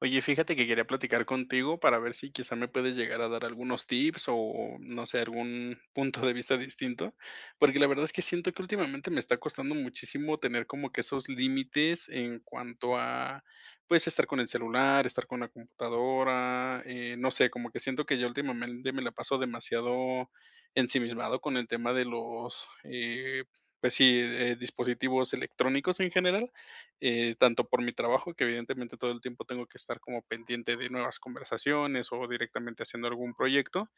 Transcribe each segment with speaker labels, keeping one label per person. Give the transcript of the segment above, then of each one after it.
Speaker 1: Oye, fíjate que quería platicar contigo para ver si quizá me puedes llegar a dar algunos tips o, no sé, algún punto de vista distinto, porque la verdad es que siento que últimamente me está costando muchísimo tener como que esos límites en cuanto a, pues, estar con el celular, estar con la computadora, no sé, como que siento que yo últimamente me la paso demasiado ensimismado con el tema de los, pues sí, dispositivos electrónicos en general. Eh, tanto por mi trabajo, que evidentemente todo el tiempo tengo que estar como pendiente de nuevas conversaciones o directamente haciendo algún proyecto,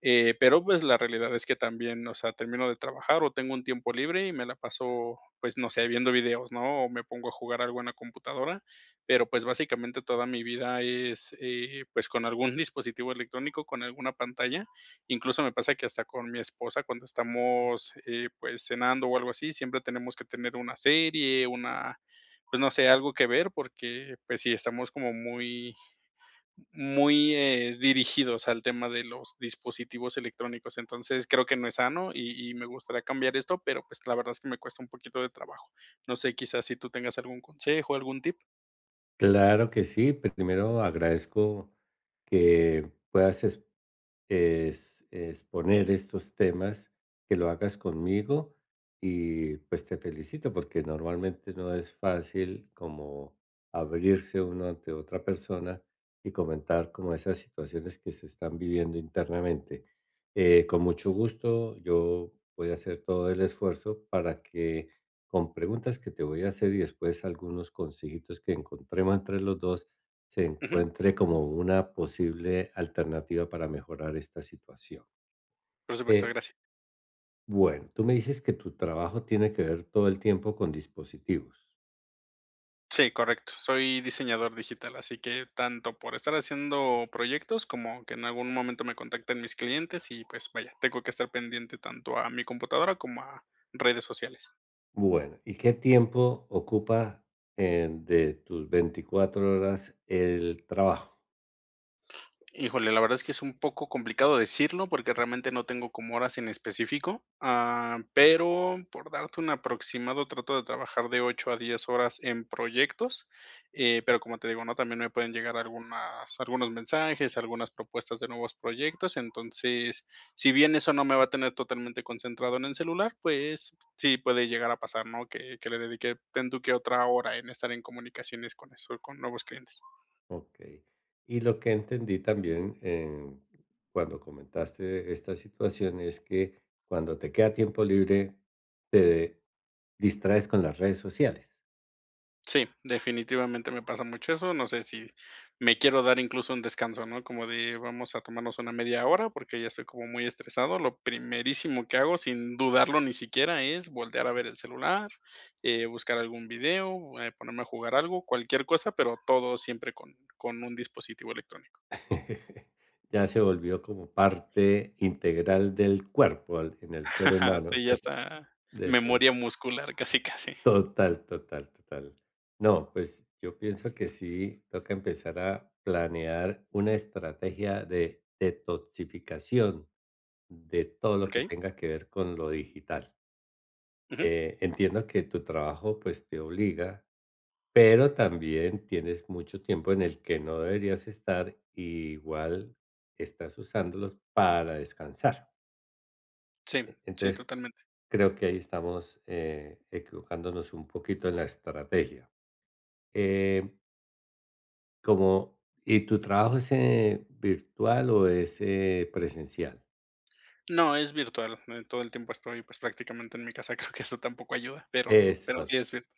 Speaker 1: pero pues la realidad es que también, o sea, termino de trabajar o tengo un tiempo libre y me la paso, pues no sé, viendo videos, ¿no? O me pongo a jugar algo en la computadora, pero pues básicamente toda mi vida es pues con algún dispositivo electrónico, con alguna pantalla, incluso me pasa que hasta con mi esposa cuando estamos pues cenando o algo así, siempre tenemos que tener una serie, una, pues no sé, algo que ver porque, pues sí, estamos como muy, muy, dirigidos al tema de los dispositivos electrónicos. Entonces creo que no es sano y me gustaría cambiar esto, pero pues la verdad es que me cuesta un poquito de trabajo. No sé, quizás si tú tengas algún consejo, algún tip.
Speaker 2: Claro que sí. Primero agradezco que puedas es poner estos temas, que lo hagas conmigo y pues te felicito porque normalmente no es fácil como abrirse uno ante otra persona y comentar como esas situaciones que se están viviendo internamente. Con mucho gusto yo voy a hacer todo el esfuerzo para que con preguntas que te voy a hacer y después algunos consejitos que encontremos entre los dos, se
Speaker 1: Ujú.
Speaker 2: encuentre como una posible alternativa para mejorar esta situación.
Speaker 1: Por supuesto,
Speaker 2: Eh,
Speaker 1: gracias.
Speaker 2: bueno, tú me dices que tu trabajo tiene que ver todo el tiempo con dispositivos.
Speaker 1: Sí, correcto. Soy diseñador digital, así que tanto por estar haciendo proyectos como que en algún momento me contacten mis clientes y pues vaya, tengo que estar pendiente tanto a mi computadora como a redes sociales.
Speaker 2: Bueno, ¿y qué tiempo ocupa de tus 24 horas el trabajo?
Speaker 1: Híjole, la verdad es que es un poco complicado decirlo porque realmente no tengo como horas en específico, ah, pero por darte un aproximado trato de trabajar de 8 a 10 horas en proyectos, pero como te digo, ¿no? También me pueden llegar algunas, algunos mensajes, algunas propuestas de nuevos proyectos, entonces, si bien eso no me va a tener totalmente concentrado en el celular, pues sí puede llegar a pasar, ¿no? Que le dedique tanto que otra hora en estar en comunicaciones con eso, con nuevos clientes.
Speaker 2: Ok. Y lo que entendí también cuando comentaste esta situación es que cuando te queda tiempo libre, te distraes con las redes sociales.
Speaker 1: Sí, definitivamente me pasa mucho eso. No sé si me quiero dar incluso un descanso, ¿no? Como de vamos a tomarnos una media hora porque ya estoy como muy estresado. Lo primerísimo que hago, sin dudarlo ni siquiera, es voltear a ver el celular, buscar algún video, ponerme a jugar algo, cualquier cosa, pero todo siempre con un dispositivo electrónico.
Speaker 2: Ya se volvió como parte integral del cuerpo en el ser humano.
Speaker 1: Sí, ya está.
Speaker 2: Defin-
Speaker 1: Memoria muscular, casi, casi.
Speaker 2: Total, total, total. No, pues yo pienso que sí toca empezar a planear una estrategia de detoxificación de todo lo que
Speaker 1: ¿Ok?
Speaker 2: tenga que ver con lo digital.
Speaker 1: Ujú.
Speaker 2: Entiendo que tu trabajo pues te obliga, pero también tienes mucho tiempo en el que no deberías estar, y igual estás usándolos para descansar.
Speaker 1: Sí, sí,
Speaker 2: Entonces,
Speaker 1: totalmente.
Speaker 2: creo que ahí estamos, equivocándonos un poquito en la estrategia. Eh, Como, ¿y tu trabajo es, virtual o es, presencial?
Speaker 1: No, es virtual, todo el tiempo estoy, pues, prácticamente en mi casa, creo que eso tampoco ayuda, pero
Speaker 2: Es
Speaker 1: pero
Speaker 2: bueno,
Speaker 1: sí es virtual.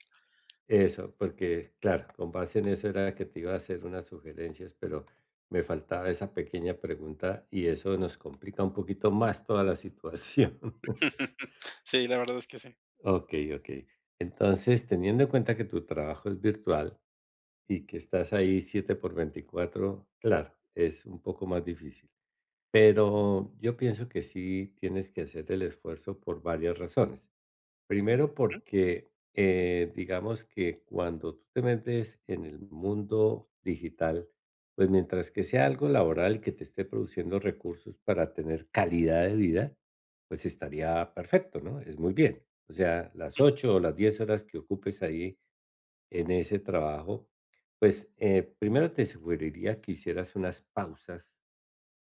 Speaker 2: eso, porque claro, con base en eso era que te iba a hacer unas sugerencias, pero me faltaba esa pequeña pregunta y eso nos complica un poquito más toda la situación.
Speaker 1: Sí, la verdad es que sí.
Speaker 2: Ok, ok. Entonces, teniendo en cuenta que tu trabajo es virtual y que estás ahí 7 por 24, claro, es un poco más difícil. Pero yo pienso que sí tienes que hacer el esfuerzo por varias razones. Primero porque, digamos que cuando tú te metes en el mundo digital, pues mientras que sea algo laboral que te esté produciendo recursos para tener calidad de vida, pues estaría perfecto, ¿no? Es muy bien. O sea, las
Speaker 1: Ujú,
Speaker 2: 8 o las 10 horas que ocupes ahí en ese trabajo, pues primero te sugeriría que hicieras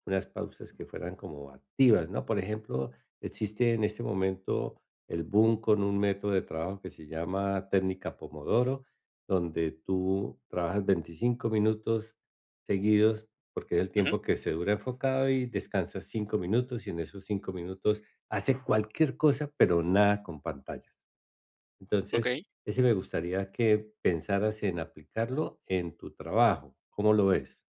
Speaker 2: unas pausas que fueran como activas, ¿no? Por ejemplo, existe en este momento el boom con un método de trabajo que se llama técnica Pomodoro, donde tú trabajas 25 minutos seguidos, porque es el
Speaker 1: ujú,
Speaker 2: tiempo que se dura enfocado y descansas 5 minutos y en esos 5 minutos haces cualquier cosa, pero nada con pantallas. Entonces,
Speaker 1: okey.
Speaker 2: ese me gustaría que pensaras en aplicarlo en tu trabajo. ¿Cómo lo ves?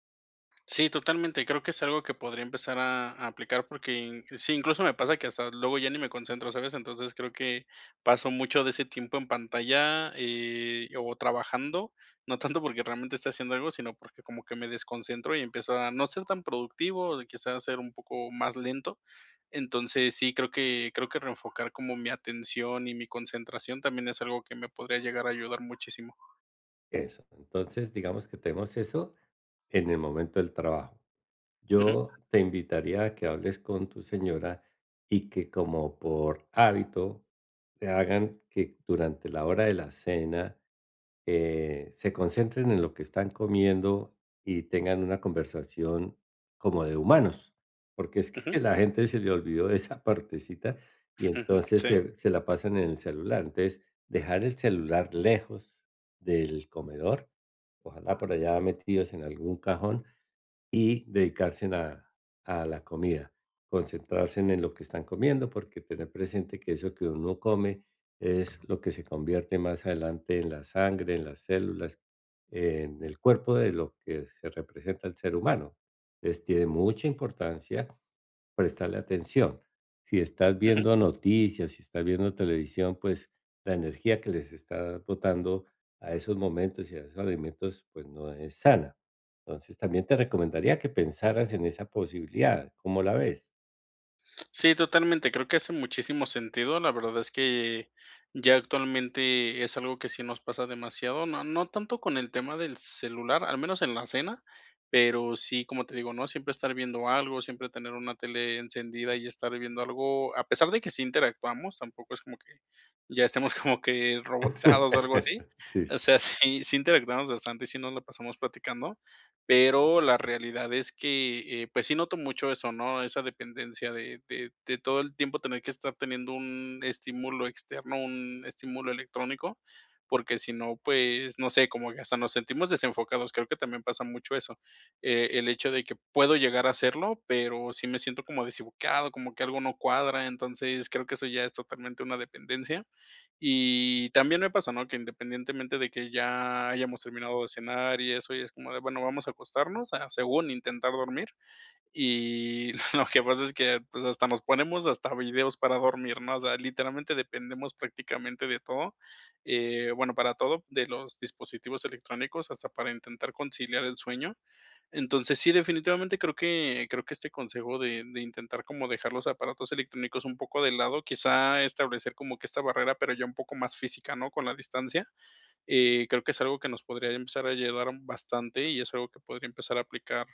Speaker 1: Sí, totalmente. Creo que es algo que podría empezar a aplicar porque sí, incluso me pasa que hasta luego ya ni me concentro, ¿sabes? Entonces creo que paso mucho de ese tiempo en pantalla o trabajando, no tanto porque realmente esté haciendo algo, sino porque como que me desconcentro y empiezo a no ser tan productivo, quizás ser un poco más lento. Entonces sí, creo que reenfocar como mi atención y mi concentración también es algo que me podría llegar a ayudar muchísimo.
Speaker 2: Eso. Entonces, digamos que tenemos eso en el momento del trabajo.
Speaker 1: Ujú,
Speaker 2: Yo te invitaría a que hables con tu señora y que como por hábito te hagan que durante la hora de la cena se concentren en lo que están comiendo y tengan una conversación como de humanos, porque es que
Speaker 1: ujú,
Speaker 2: la gente se le olvidó de esa partecita y
Speaker 1: ujú,
Speaker 2: entonces
Speaker 1: sí.
Speaker 2: se la pasan en el celular. Entonces, dejar el celular lejos del comedor, ojalá por allá metidos en algún cajón y dedicarse a la comida, concentrarse en lo que están comiendo, porque tener presente que eso que uno come es lo que se convierte más adelante en la sangre, en las células, en el cuerpo de lo que se representa el ser humano. Entonces tiene mucha importancia prestarle atención. Si estás viendo noticias, si estás viendo televisión, pues la energía que les está botando a esos momentos y a esos alimentos, pues no es sana. Entonces también te recomendaría que pensaras en esa posibilidad, ¿cómo la ves?
Speaker 1: Sí, totalmente. Creo que hace muchísimo sentido. La verdad es que ya actualmente es algo que sí nos pasa demasiado. No, no tanto con el tema del celular, al menos en la cena, pero sí, como te digo, ¿no? Siempre estar viendo algo, siempre tener una tele encendida y estar viendo algo, a pesar de que sí interactuamos, tampoco es como que ya estemos como que robotizados o algo así.
Speaker 2: Sí.
Speaker 1: O sea, sí, sí interactuamos bastante y sí nos la pasamos platicando, pero la realidad es que, pues sí noto mucho eso, ¿no? Esa dependencia de todo el tiempo tener que estar teniendo un estímulo externo, un estímulo electrónico, porque si no, pues, no sé, como que hasta nos sentimos desenfocados. Creo que también pasa mucho eso, el hecho de que puedo llegar a hacerlo, pero sí me siento como desubicado, como que algo no cuadra. Entonces, creo que eso ya es totalmente una dependencia. Y también me pasa, ¿no? Que independientemente de que ya hayamos terminado de cenar y eso, y es como de, bueno, vamos a acostarnos, a según intentar dormir, y lo que pasa es que, pues, hasta nos ponemos hasta videos para dormir, ¿no? O sea, literalmente dependemos prácticamente de todo, bueno, para todo, de los dispositivos electrónicos, hasta para intentar conciliar el sueño. Entonces, sí, definitivamente creo que este consejo de intentar como dejar los aparatos electrónicos un poco de lado, quizá establecer como que esta barrera, pero ya un poco más física, ¿no? Con la distancia, creo que es algo que nos podría empezar a ayudar bastante y es algo que podría empezar a aplicar,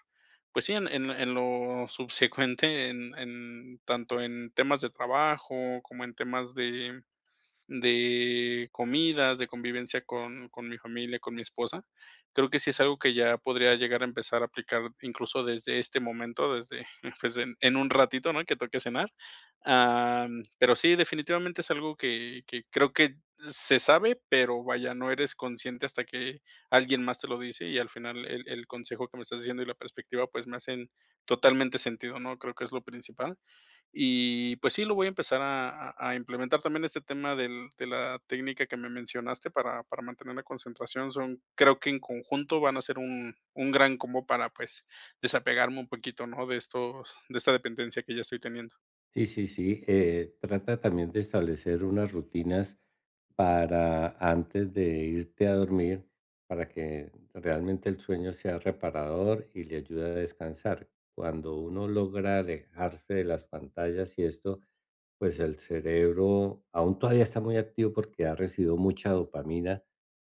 Speaker 1: pues sí, en lo subsecuente, en tanto en temas de trabajo como en temas de comidas, de convivencia con mi familia, con mi esposa. Creo que sí es algo que ya podría llegar a empezar a aplicar incluso desde este momento, desde, pues, en un ratito, ¿no?, que toque cenar. Am, pero sí, definitivamente es algo que creo que se sabe, pero vaya, no eres consciente hasta que alguien más te lo dice, y al final el consejo que me estás diciendo y la perspectiva, pues, me hacen totalmente sentido, ¿no? Creo que es lo principal. Y pues sí, lo voy a empezar a implementar también este tema del de la técnica que me mencionaste para mantener la concentración. Son creo que en conjunto van a ser un gran combo para, pues, desapegarme un poquito, ¿no? De estos de esta dependencia que ya estoy teniendo.
Speaker 2: Sí, sí, sí. Trata también de establecer unas rutinas para antes de irte a dormir, para que realmente el sueño sea reparador y le ayude a descansar. Cuando uno logra alejarse de las pantallas y esto, pues el cerebro aún todavía está muy activo porque ha recibido mucha dopamina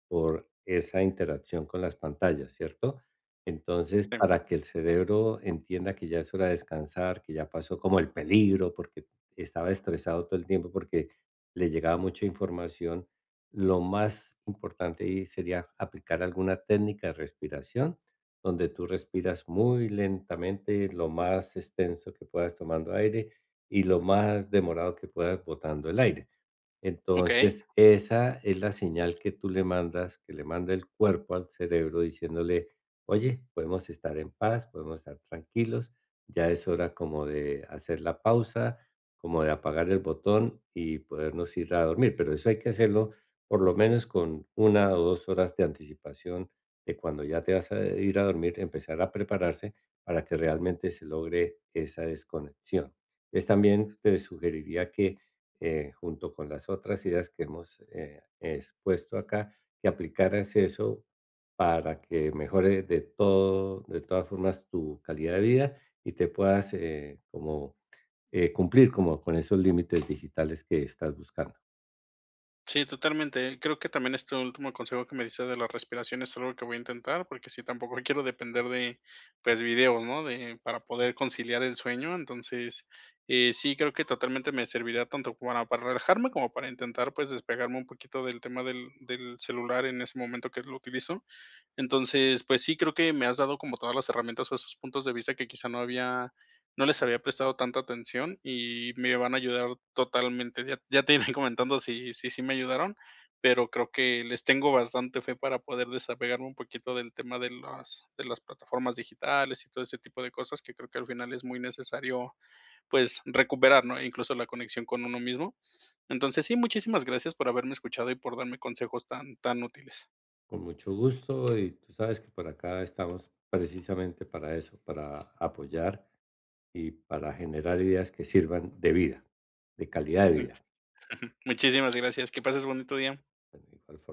Speaker 2: por esa interacción con las pantallas, ¿cierto? Entonces,
Speaker 1: Sí,
Speaker 2: para que el cerebro entienda que ya es hora de descansar, que ya pasó como el peligro, porque estaba estresado todo el tiempo, porque le llegaba mucha información, lo más importante ahí sería aplicar alguna técnica de respiración, donde tú respiras muy lentamente, lo más extenso que puedas tomando aire y lo más demorado que puedas botando el aire.
Speaker 1: okey.
Speaker 2: Entonces, esa es la señal que tú le mandas, que le manda el cuerpo al cerebro diciéndole, oye, podemos estar en paz, podemos estar tranquilos, ya es hora como de hacer la pausa, como de apagar el botón y podernos ir a dormir. Pero eso hay que hacerlo por lo menos con 1 o 2 horas de anticipación de cuando ya te vas a ir a dormir, empezar a prepararse para que realmente se logre esa desconexión. Entonces, también te sugeriría que junto con las otras ideas que hemos expuesto acá, que aplicaras eso para que mejore de todo, de todas formas tu calidad de vida y te puedas, como cumplir como con esos límites digitales que estás buscando.
Speaker 1: Sí, totalmente. Creo que también este último consejo que me dices de la respiración es algo que voy a intentar, porque sí, tampoco quiero depender de, pues, videos, ¿no? De, para poder conciliar el sueño. Entonces, sí, creo que totalmente me servirá tanto para relajarme como para intentar, pues, despegarme un poquito del tema del, del celular en ese momento que lo utilizo. Entonces, pues sí, creo que me has dado como todas las herramientas o esos puntos de vista que quizá no había no les había prestado tanta atención y me van a ayudar totalmente. Ya te iré comentando si sí me ayudaron, pero creo que les tengo bastante fe para poder desapegarme un poquito del tema de las plataformas digitales y todo ese tipo de cosas que creo que al final es muy necesario, pues, recuperar, ¿no? Incluso la conexión con uno mismo. Entonces, sí, muchísimas gracias por haberme escuchado y por darme consejos tan útiles.
Speaker 2: Con mucho gusto y tú sabes que por acá estamos precisamente para eso, para apoyar y para generar ideas que sirvan de vida, de calidad de vida.
Speaker 1: Muchísimas gracias. Que pases bonito día.
Speaker 2: Bueno, de igual forma.